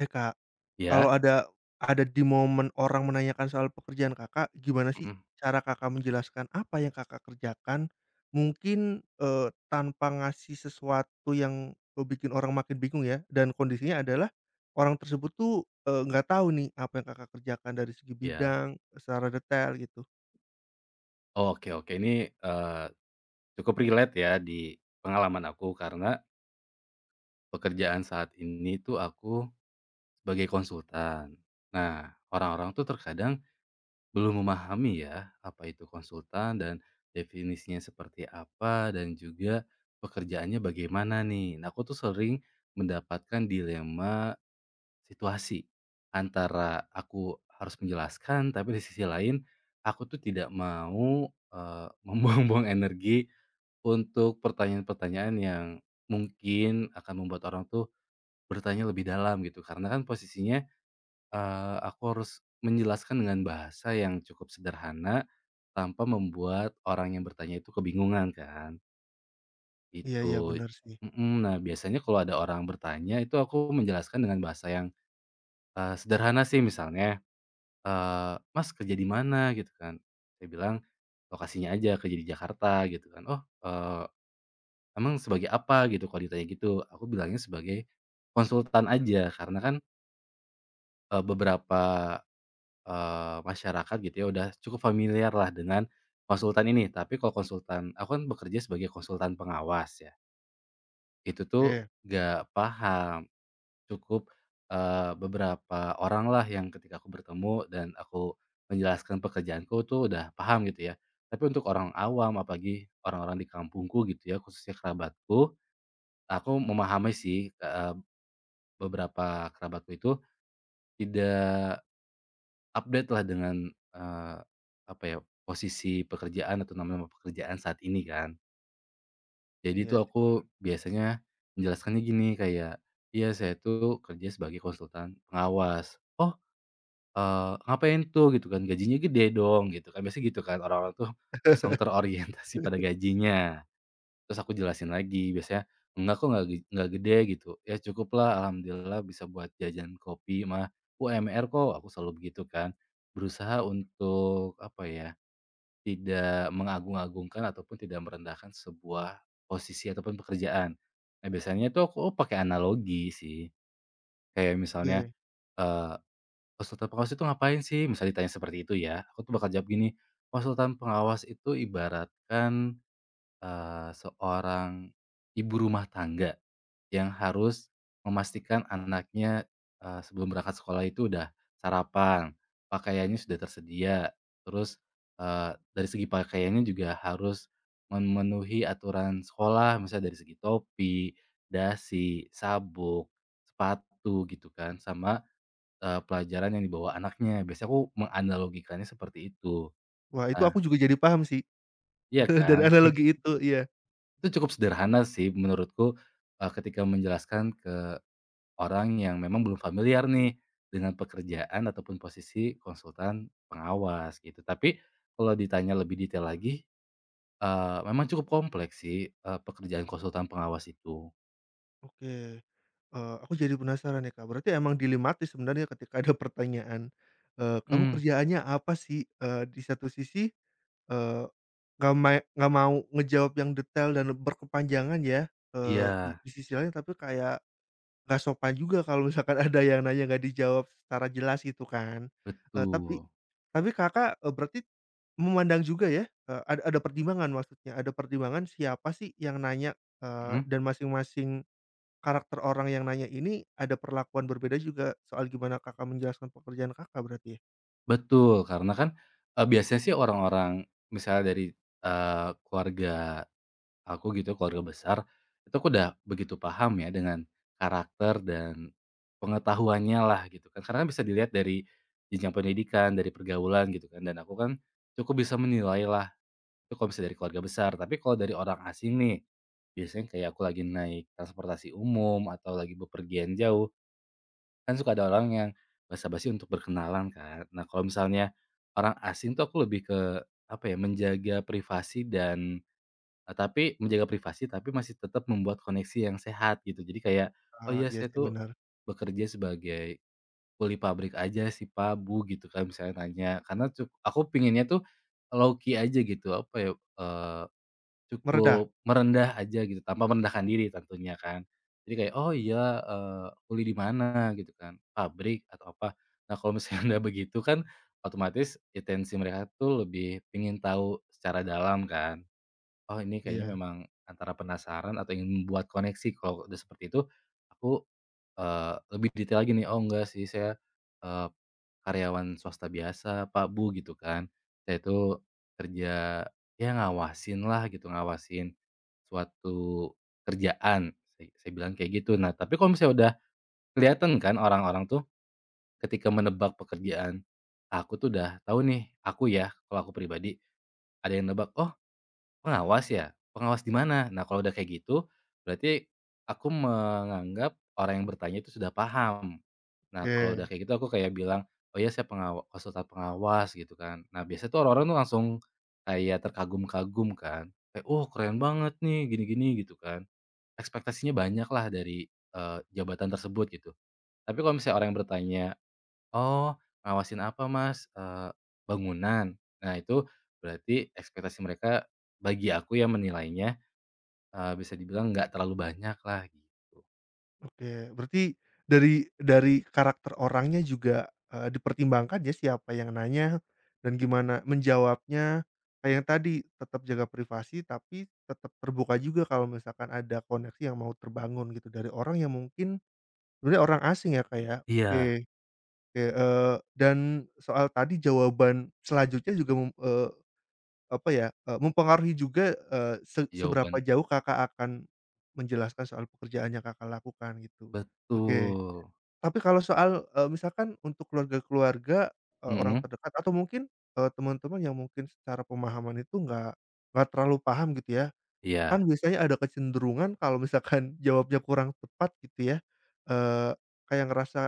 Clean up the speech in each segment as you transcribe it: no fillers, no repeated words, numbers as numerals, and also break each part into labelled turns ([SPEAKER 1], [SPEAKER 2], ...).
[SPEAKER 1] Eh, Kak,
[SPEAKER 2] Iya.
[SPEAKER 1] kalau ada di momen orang menanyakan soal pekerjaan Kakak, gimana sih
[SPEAKER 2] Mhm.
[SPEAKER 1] cara Kakak menjelaskan apa yang Kakak kerjakan? Mungkin, tanpa ngasih sesuatu yang, bikin orang makin bingung ya, dan kondisinya adalah orang tersebut tuh, nggak tahu nih apa yang Kakak kerjakan dari segi
[SPEAKER 2] Iya.
[SPEAKER 1] bidang, eh, secara detail gitu.
[SPEAKER 2] Oh, oke oke, ini, eee, cukup relate ya di pengalaman aku karena pekerjaan saat ini tuh aku sebagai konsultan. Nah, orang-orang tuh terkadang belum memahami ya apa itu konsultan dan definisinya seperti apa dan juga pekerjaannya bagaimana nih. Nah, aku tuh sering mendapatkan dilema situasi antara aku harus menjelaskan, tapi di sisi lain aku tuh tidak mau, membuang-buang energi untuk pertanyaan-pertanyaan yang mungkin akan membuat orang tuh bertanya lebih dalam gitu. Karena kan posisinya, aku harus menjelaskan dengan bahasa yang cukup sederhana tanpa membuat orang yang bertanya itu kebingungan kan,
[SPEAKER 1] Iya iya,
[SPEAKER 2] itu.
[SPEAKER 1] bener sih.
[SPEAKER 2] Mhm. Nah, biasanya kalau ada orang bertanya itu aku menjelaskan dengan bahasa yang, sederhana sih, misalnya "Mas kerja di mana?" Gitu kan. Saya bilang, "Lokasinya aja, kerja di Jakarta." Gitu kan. "Oh, eee, emang sebagai apa?" Gitu, kalau ditanya gitu. Aku bilangnya sebagai konsultan aja, karena kan, beberapa, masyarakat gitu ya, udah cukup familiar lah dengan konsultan ini. Tapi kalau konsultan, aku kan bekerja sebagai konsultan pengawas ya, itu tuh
[SPEAKER 1] Oke,
[SPEAKER 2] gak paham. Cukup, beberapa orang lah yang ketika aku bertemu dan aku menjelaskan pekerjaanku tuh udah paham gitu ya. Tapi untuk orang awam, apalagi orang-orang di kampungku gitu ya, khususnya kerabatku, aku memahami sih, beberapa kerabatku itu tidak update-lah dengan, eee, apa ya, posisi pekerjaan atau nama-nama pekerjaan saat ini kan. Jadi itu
[SPEAKER 1] iya sih.
[SPEAKER 2] aku biasanya menjelaskannya gini, kayak, "Iya, saya tuh kerja sebagai konsultan pengawas." "Oh, ngapain tuh?" Gitu kan, "Gajinya gede dong," gitu kan. Biasanya gitu kan orang-orang tuh langsung terorientasi pada gajinya. Terus aku jelasin lagi, biasanya, "Enggak kok, nggak gede," gitu. "Ya cukuplah, alhamdulillah bisa buat jajan kopi mah, UMR kok," aku selalu begitu kan. Berusaha untuk, apa ya, tidak mengagung-agungkan ataupun tidak merendahkan sebuah posisi ataupun pekerjaan. Nah, biasanya tuh aku pakai analogi sih, kayak misalnya,
[SPEAKER 1] Oke.
[SPEAKER 2] eee konsultan pengawas itu ngapain sih? Misal ditanya seperti itu ya, aku tuh bakal jawab gini, konsultan pengawas itu ibaratkan, seorang ibu rumah tangga yang harus memastikan anaknya, sebelum berangkat sekolah itu udah sarapan, pakaiannya sudah tersedia, terus, dari segi pakaiannya juga harus memenuhi aturan sekolah, misalnya dari segi topi, dasi, sabuk, sepatu gitu kan, sama pelajaran yang dibawa anaknya. Biasanya aku menganalogikannya seperti itu.
[SPEAKER 1] Wah, itu
[SPEAKER 2] Nah,
[SPEAKER 1] aku juga jadi paham sih,
[SPEAKER 2] iya
[SPEAKER 1] dari
[SPEAKER 2] kan? Mhm.
[SPEAKER 1] analogi itu, iya.
[SPEAKER 2] Itu cukup sederhana sih menurutku, ketika menjelaskan ke orang yang memang belum familiar nih dengan pekerjaan ataupun posisi konsultan pengawas gitu. Tapi kalau ditanya lebih detail lagi, memang cukup kompleks sih, pekerjaan konsultan pengawas itu.
[SPEAKER 1] Oke. Aku jadi penasaran nih, Kak. Berarti emang dilematis sebenarnya ketika ada pertanyaan, "Kamu
[SPEAKER 2] Mhm,
[SPEAKER 1] kerjaannya apa sih?" Di satu sisi, eee, nggak mau ngejawab yang detail dan berkepanjangan ya, di
[SPEAKER 2] iya,
[SPEAKER 1] di sisi lain tapi kayak nggak sopan juga kalau misalkan ada yang nanya nggak dijawab secara jelas gitu kan. Eee,
[SPEAKER 2] betul.
[SPEAKER 1] tapi Kakak, berarti memandang juga ya, ada pertimbangan maksudnya, ada pertimbangan siapa sih yang nanya,
[SPEAKER 2] Mhm?
[SPEAKER 1] dan masing-masing karakter orang yang nanya ini ada perlakuan berbeda juga soal gimana Kakak menjelaskan pekerjaan Kakak berarti ya?
[SPEAKER 2] Betul, karena kan, biasanya sih orang-orang misalnya dari, keluarga aku gitu, keluarga besar, itu aku udah begitu paham ya dengan karakter dan pengetahuannya lah gitu kan. Karena kan bisa dilihat dari jenjang pendidikan, dari pergaulan gitu kan, dan aku kan cukup bisa menilai lah, itu kalau misalnya dari keluarga besar. Tapi kalau dari orang asing nih, biasanya kayak aku lagi naik transportasi umum atau lagi bepergian jauh, kan suka ada orang yang basa-basi untuk berkenalan kan. Nah, kalau misalnya orang asing tuh aku lebih ke, apa ya, menjaga privasi dan tapi menjaga privasi tapi masih tetap membuat koneksi yang sehat gitu. Jadi kayak, "Oh
[SPEAKER 1] Ah,
[SPEAKER 2] iya,
[SPEAKER 1] iya
[SPEAKER 2] saya
[SPEAKER 1] sih
[SPEAKER 2] tuh
[SPEAKER 1] bener,
[SPEAKER 2] bekerja sebagai kuli pabrik aja sih, Pak, Bu," gitu kan, misalnya nanya. Karena aku pinginnya tuh low key aja gitu, apa ya, eh,
[SPEAKER 1] meredah?
[SPEAKER 2] cukup merendah aja gitu, tanpa merendahkan diri tentunya kan. Jadi kayak, "Oh iya, kuliah di mana?" Gitu kan, "Pabrik atau apa?" Nah, kalau misalnya udah begitu kan, otomatis intensi mereka tuh lebih ingin tahu secara dalam kan. "Oh, ini kayaknya
[SPEAKER 1] Iya,
[SPEAKER 2] memang antara penasaran atau ingin membuat koneksi." Kalau udah seperti itu, aku lebih detail lagi nih, "Oh enggak sih, saya, eee, karyawan swasta biasa Pak, Bu," gitu kan. Saya itu kerja, ya ngawasin lah gitu, ngawasin suatu kerjaan, saya bilang kayak gitu. Nah, tapi kalau misalnya udah kelihatan kan orang-orang tuh ketika menebak pekerjaan aku tuh udah tahu nih, aku ya, kalau aku pribadi, ada yang nebak, "Oh pengawas ya? Pengawas di mana?" Nah, kalau udah kayak gitu, berarti aku menganggap orang yang bertanya itu sudah paham. Nah, kalau udah
[SPEAKER 1] oke
[SPEAKER 2] kayak gitu aku kayak bilang, "Oh ya, saya konsultan pengawas," gitu kan. Nah, biasanya tuh orang-orang tuh langsung kayak terkagum-kagum kan, kayak, "Oh keren banget nih, gini-gini," gitu kan. Ekspektasinya banyak lah dari, jabatan tersebut gitu. Tapi kalau misalnya orang yang bertanya, "Oh, ngawasin apa Mas?" "Bangunan." Nah, itu berarti ekspektasi mereka, bagi aku ya menilainya, bisa dibilang nggak terlalu banyak lah gitu.
[SPEAKER 1] oke. Berarti dari karakter orangnya juga, dipertimbangkan ya siapa yang nanya dan gimana menjawabnya. Kayak yang tadi tetap jaga privasi tapi tetap terbuka juga kalau misalkan ada koneksi yang mau terbangun gitu dari orang yang mungkin sebenarnya orang asing ya, Kak, ya?
[SPEAKER 2] Iya.
[SPEAKER 1] Oke. Oke, dan soal tadi jawaban selanjutnya juga mem eee, apa ya, eee, mempengaruhi juga, seberapa
[SPEAKER 2] Jawaban
[SPEAKER 1] jauh Kakak akan menjelaskan soal pekerjaan yang Kakak lakukan gitu. Oke.
[SPEAKER 2] Betul.
[SPEAKER 1] Tapi kalau soal, misalkan untuk keluarga-keluarga, orang
[SPEAKER 2] Mhm,
[SPEAKER 1] terdekat atau mungkin, teman-teman yang mungkin secara pemahaman itu nggak terlalu paham gitu ya,
[SPEAKER 2] iya.
[SPEAKER 1] kan biasanya ada kecenderungan kalau misalkan jawabnya kurang tepat gitu ya, eee, kayak ngerasa,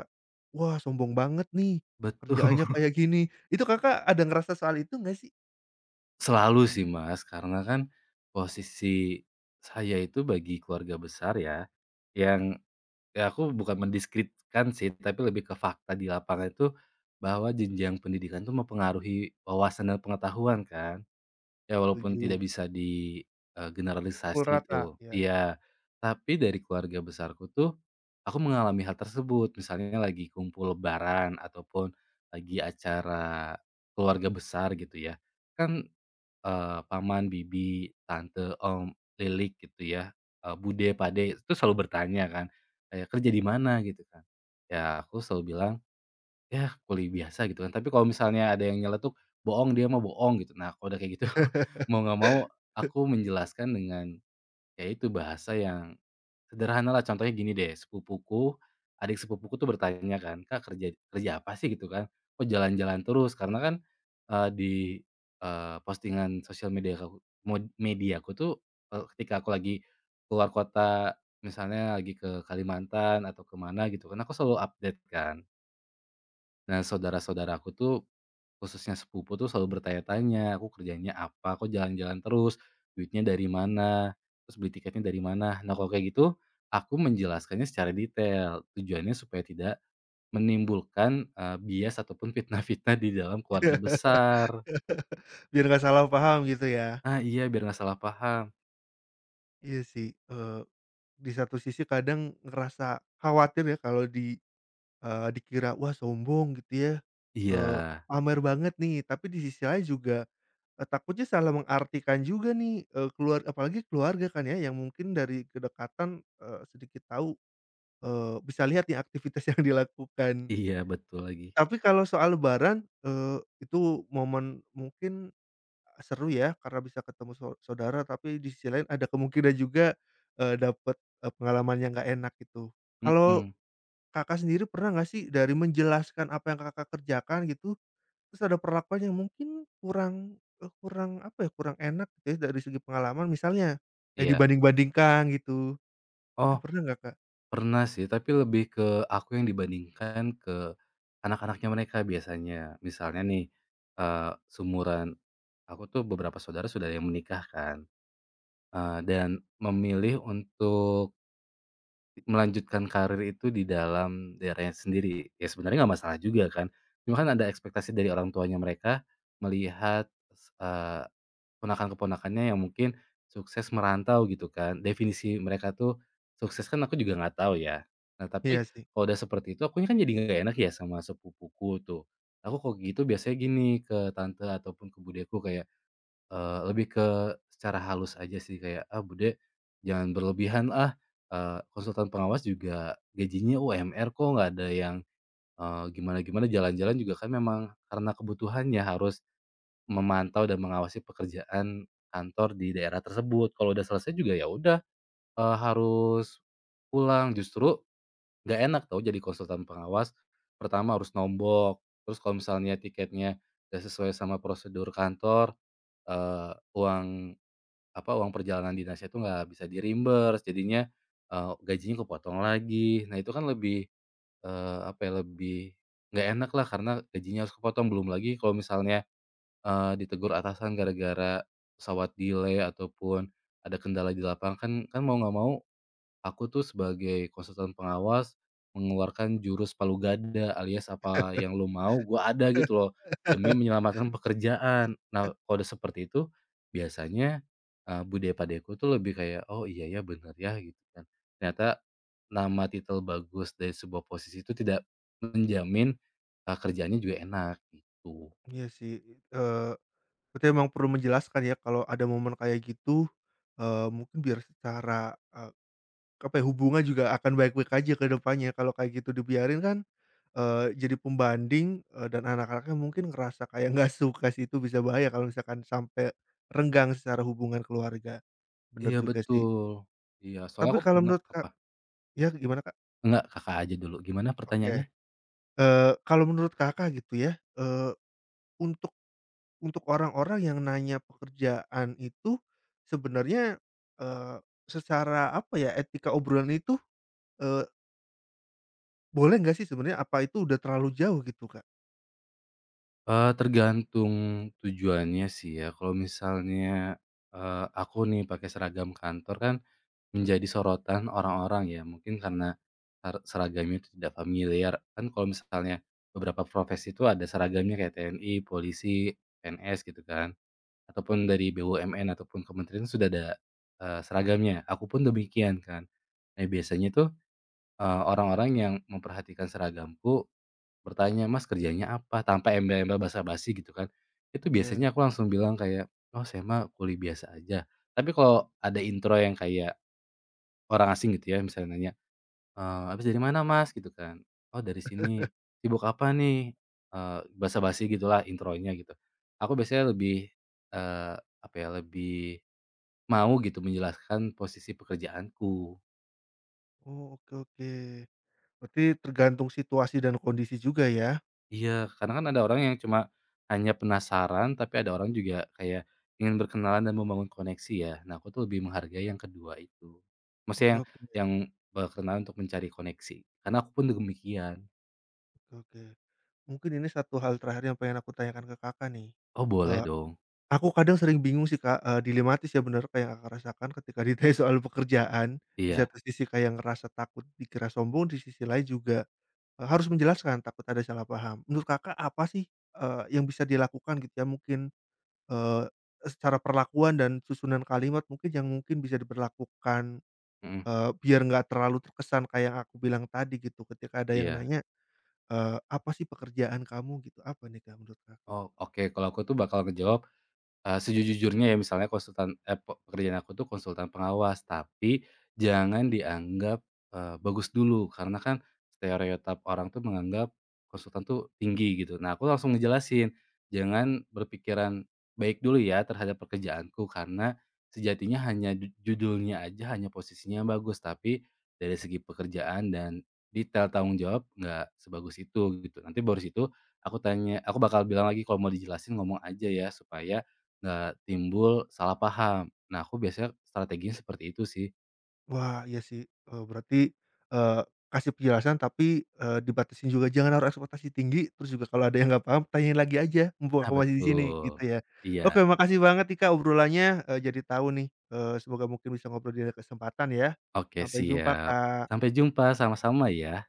[SPEAKER 1] "Wah sombong banget nih,
[SPEAKER 2] Betul,
[SPEAKER 1] kerjaannya kayak gini." Itu Kakak ada ngerasa soal itu nggak sih?
[SPEAKER 2] selalu sih Mas, karena kan posisi saya itu bagi keluarga besar ya, yang ya aku bukan mendiskreditkan sih, tapi lebih ke fakta di lapangan itu, bahwa jenjang pendidikan itu mempengaruhi wawasan dan pengetahuan kan. Ya walaupun
[SPEAKER 1] Setuju,
[SPEAKER 2] tidak bisa di
[SPEAKER 1] pukul
[SPEAKER 2] generalisasi
[SPEAKER 1] rata,
[SPEAKER 2] itu.
[SPEAKER 1] iya.
[SPEAKER 2] Iya, tapi dari keluarga besarku tuh aku mengalami hal tersebut. Misalnya lagi kumpul lebaran ataupun lagi acara keluarga besar gitu ya, kan paman, bibi, tante, om, lilik gitu ya, bude, pade, itu selalu bertanya kan, kayak, "Kerja di mana?" Gitu kan. Ya aku selalu bilang, "Ya kuliah biasa," gitu kan. Tapi kalau misalnya ada yang nyeletuk, "Bohong, dia mah bohong," gitu. Nah, kalau udah kayak gitu, mau nggak mau aku menjelaskan dengan, ya, itu bahasa yang sederhana lah. Contohnya gini deh, adik sepupuku tuh bertanya kan, "Kak, kerja kerja apa sih?" Gitu kan, "Kok jalan-jalan terus?" Karena kan, di, postingan sosial media aku, media aku tuh, ketika aku lagi keluar kota, misalnya lagi ke Kalimantan atau kemana gitu kan, aku selalu update kan. Nah, saudara-saudaraku tuh, khususnya sepupu tuh selalu bertanya-tanya, "Aku kerjanya apa? Kok jalan-jalan terus? Duitnya dari mana? Terus beli tiketnya dari mana?" Nah, kalau kayak gitu, aku menjelaskannya secara detail. Tujuannya supaya tidak menimbulkan, bias ataupun fitnah-fitnah di dalam keluarga besar.
[SPEAKER 1] Biar nggak salah paham gitu ya.
[SPEAKER 2] Ah, iya, biar nggak salah paham.
[SPEAKER 1] Iya sih, di satu sisi kadang ngerasa khawatir ya kalau dikira, "Wah sombong," gitu ya,
[SPEAKER 2] Iya
[SPEAKER 1] eee, "pamer banget nih," tapi di sisi lain juga, takutnya salah mengartikan juga nih, eee, keluar apalagi keluarga kan ya yang mungkin dari kedekatan, sedikit tahu, bisa lihat nih aktivitas yang dilakukan.
[SPEAKER 2] iya, betul lagi.
[SPEAKER 1] Tapi kalau soal lebaran, itu momen mungkin seru ya karena bisa ketemu saudara, tapi di sisi lain ada kemungkinan juga, eee, dapet, pengalaman yang nggak enak gitu. Kalau
[SPEAKER 2] Mhm,
[SPEAKER 1] Kakak sendiri pernah nggak sih dari menjelaskan apa yang Kakak kerjakan gitu, terus ada perlakuan yang mungkin kurang, eee, kurang apa ya, kurang enak gitu ya dari segi pengalaman misalnya, kayak
[SPEAKER 2] iya.
[SPEAKER 1] dibanding-bandingkan gitu, itu
[SPEAKER 2] Oh,
[SPEAKER 1] pernah nggak, Kak?
[SPEAKER 2] pernah sih, tapi lebih ke aku yang dibandingkan ke anak-anaknya mereka biasanya. Misalnya nih, seumuran. Aku tuh beberapa saudara sudah ada yang menikah kan, dan memilih untuk melanjutkan karir itu di dalam daerahnya sendiri. Ya sebenarnya nggak masalah juga kan, cuma kan ada ekspektasi dari orang tuanya, mereka melihat, ponakan-keponakannya yang mungkin sukses merantau gitu kan. Definisi mereka tuh sukses kan, aku juga nggak tahu ya. Nah, tapi
[SPEAKER 1] Iya sih.
[SPEAKER 2] kalau udah seperti itu akunya kan jadi nggak enak ya sama sepupuku tuh. Aku kalau gitu biasanya gini ke tante ataupun ke budeku, kayak lebih ke secara halus aja sih, kayak, "Ah, Bude, jangan berlebihan ah, konsultan pengawas juga gajinya UMR kok, nggak ada yang, gimana-gimana, jalan-jalan juga kan memang karena kebutuhannya harus memantau dan mengawasi pekerjaan kantor di daerah tersebut. Kalau udah selesai juga ya udah, harus pulang." Justru nggak enak tau jadi konsultan pengawas, pertama harus nombok, terus kalau misalnya tiketnya nggak sesuai sama prosedur kantor, uang apa, uang perjalanan dinasnya itu nggak bisa di-reimburse jadinya, gajinya kepotong lagi. Nah, itu kan lebih, apa ya, lebih nggak enak lah karena gajinya harus kepotong. Belum lagi kalau misalnya, ditegur atasan gara-gara pesawat delay ataupun ada kendala di lapangan kan, mau nggak mau aku tuh sebagai konsultan pengawas mengeluarkan jurus palu gada alias apa yang lu mau gua ada gitu loh, demi menyelamatkan pekerjaan. Nah, kalau udah seperti itu, biasanya, budaya padeku tuh lebih kayak, "Oh iya ya, bener ya," gitu kan. Ternyata nama titel bagus dari sebuah posisi itu tidak menjamin, kerjaannya juga enak gitu.
[SPEAKER 1] Iya sih, eee, berarti emang perlu menjelaskan ya kalau ada momen kayak gitu, mungkin biar secara, apa ya, hubungan juga akan baik-baik aja ke depannya kalau kayak gitu dibiarin kan, jadi pembanding, dan anak-anaknya mungkin ngerasa kayak nggak suka sih itu bisa bahaya kalau misalkan sampai renggang secara hubungan keluarga, bener
[SPEAKER 2] Iya
[SPEAKER 1] juga sih.
[SPEAKER 2] betul. Iya, soalnya
[SPEAKER 1] Tapi
[SPEAKER 2] aku
[SPEAKER 1] kalau
[SPEAKER 2] pernah
[SPEAKER 1] menurut Kak
[SPEAKER 2] apa?
[SPEAKER 1] ya gimana Kak?
[SPEAKER 2] Enggak, Kakak aja dulu, gimana pertanyaannya?
[SPEAKER 1] Oke, kalau menurut Kakak gitu ya, eee, untuk orang-orang yang nanya pekerjaan itu sebenarnya, eee, secara apa ya, etika obrolan itu, eee, boleh nggak sih sebenarnya? Apa itu udah terlalu jauh gitu Kak?
[SPEAKER 2] Tergantung tujuannya sih ya. Kalau misalnya, aku nih pakai seragam kantor kan, menjadi sorotan orang-orang ya, mungkin karena seragamnya itu tidak familiar. Kan kalau misalnya beberapa profesi itu ada seragamnya kayak TNI, polisi, PNS gitu kan, ataupun dari BUMN ataupun kementerian sudah ada, seragamnya. Aku pun demikian kan. Nah, biasanya tuh, orang-orang yang memperhatikan seragamku bertanya, "Mas, kerjanya apa?" Tanpa embel-embel basa-basi gitu kan. Itu
[SPEAKER 1] Oke.
[SPEAKER 2] biasanya aku langsung bilang kayak, "Oh, saya mah kuli biasa aja." Tapi kalau ada intro yang kayak orang asing gitu ya, misalnya nanya, "Habis dari mana Mas?" Gitu kan. "Oh, dari sini." "Sibuk apa nih?" Basa-basi gitulah intronya gitu. Aku biasanya lebih, eee, apa ya, lebih mau gitu menjelaskan posisi pekerjaanku.
[SPEAKER 1] Oh, oke oke. Berarti tergantung situasi dan kondisi juga ya?
[SPEAKER 2] Iya, karena kan ada orang yang cuma hanya penasaran, tapi ada orang juga kayak ingin berkenalan dan membangun koneksi ya. Nah, aku tuh lebih menghargai yang kedua itu.
[SPEAKER 1] Oke
[SPEAKER 2] Maksudnya yang
[SPEAKER 1] oke oke
[SPEAKER 2] yang berkenalan untuk mencari koneksi. Karena aku pun demikian.
[SPEAKER 1] oke. Mungkin ini satu hal terakhir yang pengen aku tanyakan ke Kakak nih.
[SPEAKER 2] Oh, boleh
[SPEAKER 1] Eee,
[SPEAKER 2] dong.
[SPEAKER 1] aku kadang sering bingung sih Kak, dilematis ya bener kayak yang Kakak rasakan ketika ditanya soal pekerjaan. Di
[SPEAKER 2] Iya.
[SPEAKER 1] satu sisi kayak ngerasa takut dikira sombong, di sisi lain juga, harus menjelaskan takut ada salah paham. Menurut Kakak apa sih, yang bisa dilakukan gitu ya mungkin, eee, secara perlakuan dan susunan kalimat mungkin yang mungkin bisa diberlakukan
[SPEAKER 2] Mhm,
[SPEAKER 1] Biar nggak terlalu terkesan kayak yang aku bilang tadi gitu, ketika ada yang
[SPEAKER 2] iya.
[SPEAKER 1] nanya, "Apa sih pekerjaan kamu?" Gitu, "Apa nih, Kak, menurut Kakak?"
[SPEAKER 2] Oh, oke. Kalau aku tuh bakal ngejawab, sejujurnya ya, misalnya konsultan eee, pe pekerjaan aku tuh konsultan pengawas, tapi jangan dianggap, bagus dulu, karena kan stereotip orang tuh menganggap konsultan tuh tinggi gitu. Nah, aku langsung ngejelasin, "Jangan berpikiran baik dulu ya terhadap pekerjaanku, karena sejatinya hanya judulnya aja, hanya posisinya yang bagus, tapi dari segi pekerjaan dan detail tanggung jawab nggak sebagus itu," gitu. Nanti baru situ aku tanya, aku bakal bilang lagi kalau mau dijelasin ngomong aja ya, supaya nggak timbul salah paham. Nah, aku biasanya strateginya seperti itu sih.
[SPEAKER 1] Wah, iya sih, berarti, eee, kasih penjelasan tapi, dibatasin juga, jangan naruh ekspektasi tinggi, terus juga kalau ada yang nggak paham tanyain lagi aja, mumpung
[SPEAKER 2] Nah,
[SPEAKER 1] aku masih di sini, gitu
[SPEAKER 2] betul.
[SPEAKER 1] ya.
[SPEAKER 2] Iya,
[SPEAKER 1] Oke, makasih banget nih, Kak, obrolannya, jadi tahu nih, semoga mungkin bisa ngobrol di lain kesempatan ya.
[SPEAKER 2] oke
[SPEAKER 1] Sampai jumpa,
[SPEAKER 2] siap.
[SPEAKER 1] Kak.
[SPEAKER 2] Sampai jumpa, sama-sama ya.